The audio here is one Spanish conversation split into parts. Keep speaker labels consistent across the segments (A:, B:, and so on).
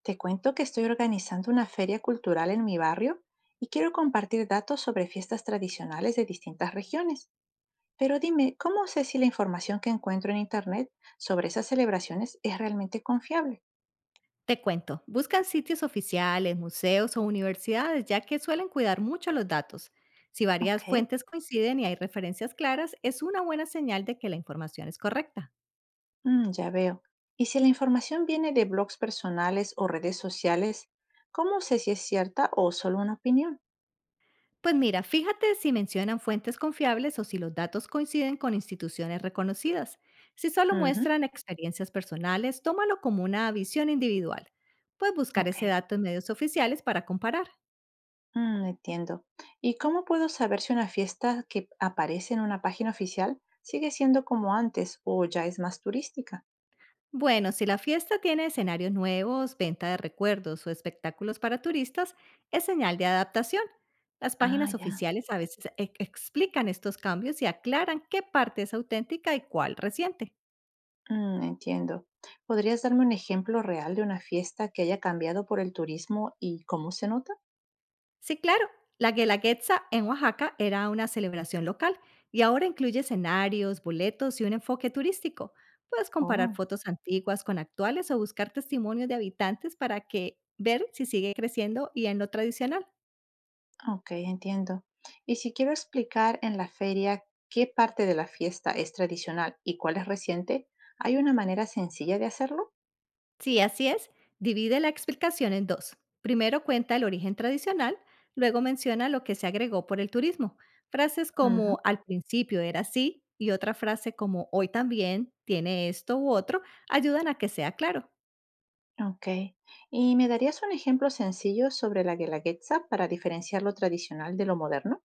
A: Te cuento que estoy organizando una feria cultural en mi barrio y quiero compartir datos sobre fiestas tradicionales de distintas regiones. Pero dime, ¿cómo sé si la información que encuentro en Internet sobre esas celebraciones es realmente confiable?
B: Te cuento, buscan sitios oficiales, museos o universidades, ya que suelen cuidar mucho los datos. Si
A: Ok,
B: varias fuentes coinciden y hay referencias claras, es una buena señal de que la información es correcta.
A: ya veo. Y si la información viene de blogs personales o redes sociales, ¿cómo sé si es cierta o solo una opinión?
B: Pues mira, fíjate si mencionan fuentes confiables o si los datos coinciden con instituciones reconocidas. Si solo
A: Ujú,
B: muestran experiencias personales, tómalo como una visión individual. Puedes buscar
A: ok.
B: ese dato en medios oficiales para comparar.
A: Entiendo. ¿Y cómo puedo saber si una fiesta que aparece en una página oficial sigue siendo como antes o ya es más turística?
B: Bueno, si la fiesta tiene escenarios nuevos, venta de recuerdos o espectáculos para turistas, es señal de adaptación. Las
A: Ah,
B: páginas
A: ya.
B: oficiales a veces explican estos cambios y aclaran qué parte es auténtica y cuál reciente.
A: Entiendo. ¿Podrías darme un ejemplo real de una fiesta que haya cambiado por el turismo y cómo se nota?
B: Sí, claro, la Guelaguetza en Oaxaca era una celebración local y ahora incluye escenarios, boletos y un enfoque turístico. Puedes comparar
A: Oh,
B: fotos antiguas con actuales o buscar testimonios de habitantes para que ver si sigue creciendo y en lo tradicional.
A: ok, entiendo. Y si quiero explicar en la feria qué parte de la fiesta es tradicional y cuál es reciente, ¿hay una manera sencilla de hacerlo?
B: Sí, así es. Divide la explicación en dos. Primero cuenta el origen tradicional, luego menciona lo que se agregó por el turismo. Frases como
A: Ujú.
B: al principio era así y otra frase como hoy también tiene esto u otro ayudan a que sea claro.
A: Ok. ¿Y me darías un ejemplo sencillo sobre la Guelaguetza para diferenciar lo tradicional de lo moderno?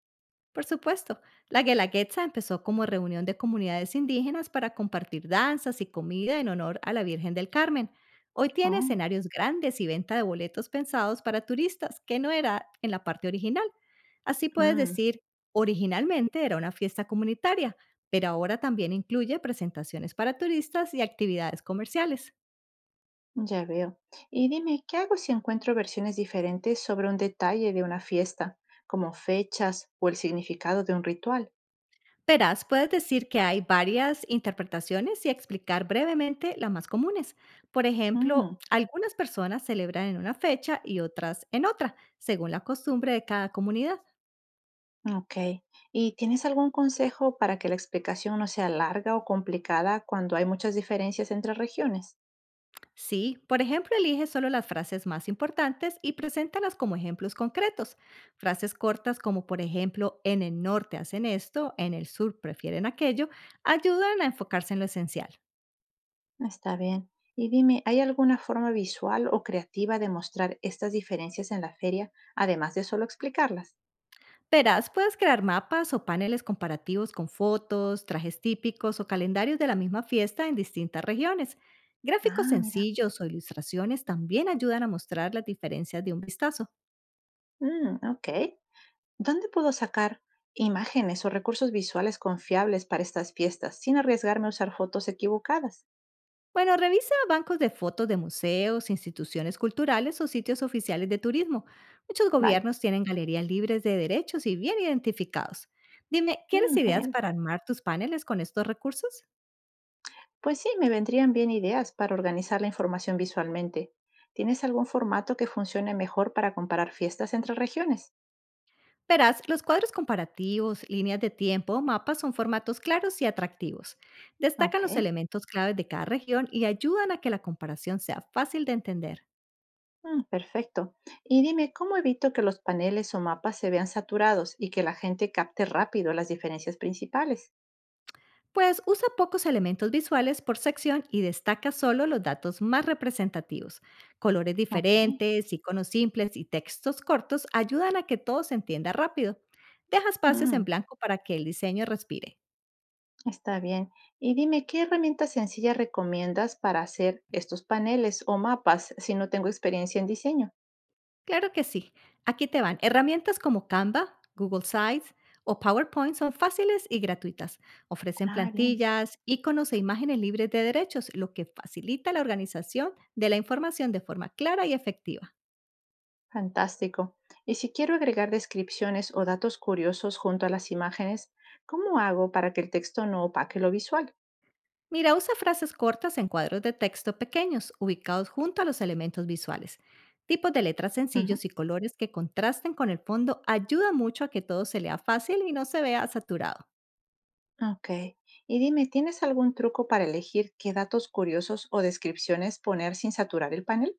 B: Por supuesto, la Guelaguetza empezó como reunión de comunidades indígenas para compartir danzas y comida en honor a la Virgen del Carmen. Hoy tiene
A: Oh,
B: escenarios grandes y venta de boletos pensados para turistas, que no era en la parte original. Así puedes
A: mm,
B: decir, originalmente era una fiesta comunitaria, pero ahora también incluye presentaciones para turistas y actividades comerciales.
A: ya veo. Y dime, ¿qué hago si encuentro versiones diferentes sobre un detalle de una fiesta, como fechas o el significado de un ritual?
B: Verás, puedes decir que hay varias interpretaciones y explicar brevemente las más comunes. Por
A: Mm,
B: ejemplo, algunas personas celebran en una fecha y otras en otra, según la costumbre de cada comunidad.
A: ok. ¿Y tienes algún consejo para que la explicación no sea larga o complicada cuando hay muchas diferencias entre regiones?
B: Sí, por ejemplo, elige solo las frases más importantes y preséntalas como ejemplos concretos. Frases cortas como, por ejemplo, en el norte hacen esto, en el sur prefieren aquello, ayudan a enfocarse en lo esencial.
A: Está bien. Y dime, ¿hay alguna forma visual o creativa de mostrar estas diferencias en la feria, además de solo explicarlas?
B: Verás, puedes crear mapas o paneles comparativos con fotos, trajes típicos o calendarios de la misma fiesta en distintas regiones. Gráficos
A: Ah, mira.
B: sencillos o ilustraciones también ayudan a mostrar las diferencias de un vistazo.
A: Mm, ok. ¿Dónde puedo sacar imágenes o recursos visuales confiables para estas fiestas sin arriesgarme a usar fotos equivocadas?
B: Bueno, revisa bancos de fotos de museos, instituciones culturales o sitios oficiales de turismo. Muchos
A: Vale.
B: gobiernos tienen galerías libres de derechos y bien identificados. Dime, ¿quieres
A: Mm,
B: ideas
A: genial.
B: para armar tus paneles con estos recursos?
A: Pues sí, me vendrían bien ideas para organizar la información visualmente. ¿Tienes algún formato que funcione mejor para comparar fiestas entre regiones?
B: Verás, los cuadros comparativos, líneas de tiempo, mapas son formatos claros y atractivos. Destacan
A: Ok.
B: los elementos claves de cada región y ayudan a que la comparación sea fácil de entender.
A: Perfecto. Y dime, ¿cómo evito que los paneles o mapas se vean saturados y que la gente capte rápido las diferencias principales?
B: Pues usa pocos elementos visuales por sección y destaca solo los datos más representativos. Colores
A: Ok,
B: diferentes, iconos simples y textos cortos ayudan a que todo se entienda rápido. Deja espacios en
A: mm,
B: blanco para que el diseño respire.
A: está bien. Y dime, ¿qué herramientas sencillas recomiendas para hacer estos paneles o mapas si no tengo experiencia en diseño?
B: Claro que sí. Aquí te van. Herramientas como Canva, Google Sites o PowerPoint son fáciles y gratuitas. Ofrecen
A: Ah, bien,
B: plantillas, iconos e imágenes libres de derechos, lo que facilita la organización de la información de forma clara y efectiva.
A: fantástico. Y si quiero agregar descripciones o datos curiosos junto a las imágenes, ¿cómo hago para que el texto no opaque lo visual?
B: Mira, usa frases cortas en cuadros de texto pequeños, ubicados junto a los elementos visuales. Tipos de letras
A: Ujú.
B: sencillos y colores que contrasten con el fondo ayuda mucho a que todo se lea fácil y no se vea saturado.
A: Ok. Y dime, ¿tienes algún truco para elegir qué datos curiosos o descripciones poner sin saturar el panel?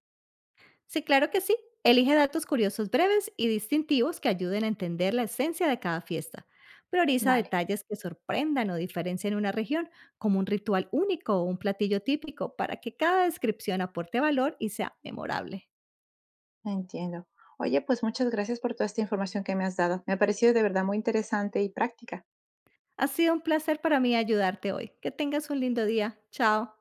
B: Sí, claro que sí. Elige datos curiosos breves y distintivos que ayuden a entender la esencia de cada fiesta. Prioriza
A: Vale.
B: detalles que sorprendan o diferencien una región, como un ritual único o un platillo típico, para que cada descripción aporte valor y sea memorable.
A: Entiendo. Oye, pues muchas gracias por toda esta información que me has dado. Me ha parecido de verdad muy interesante y práctica.
B: Ha sido un placer para mí ayudarte hoy. Que tengas un lindo día. Chao.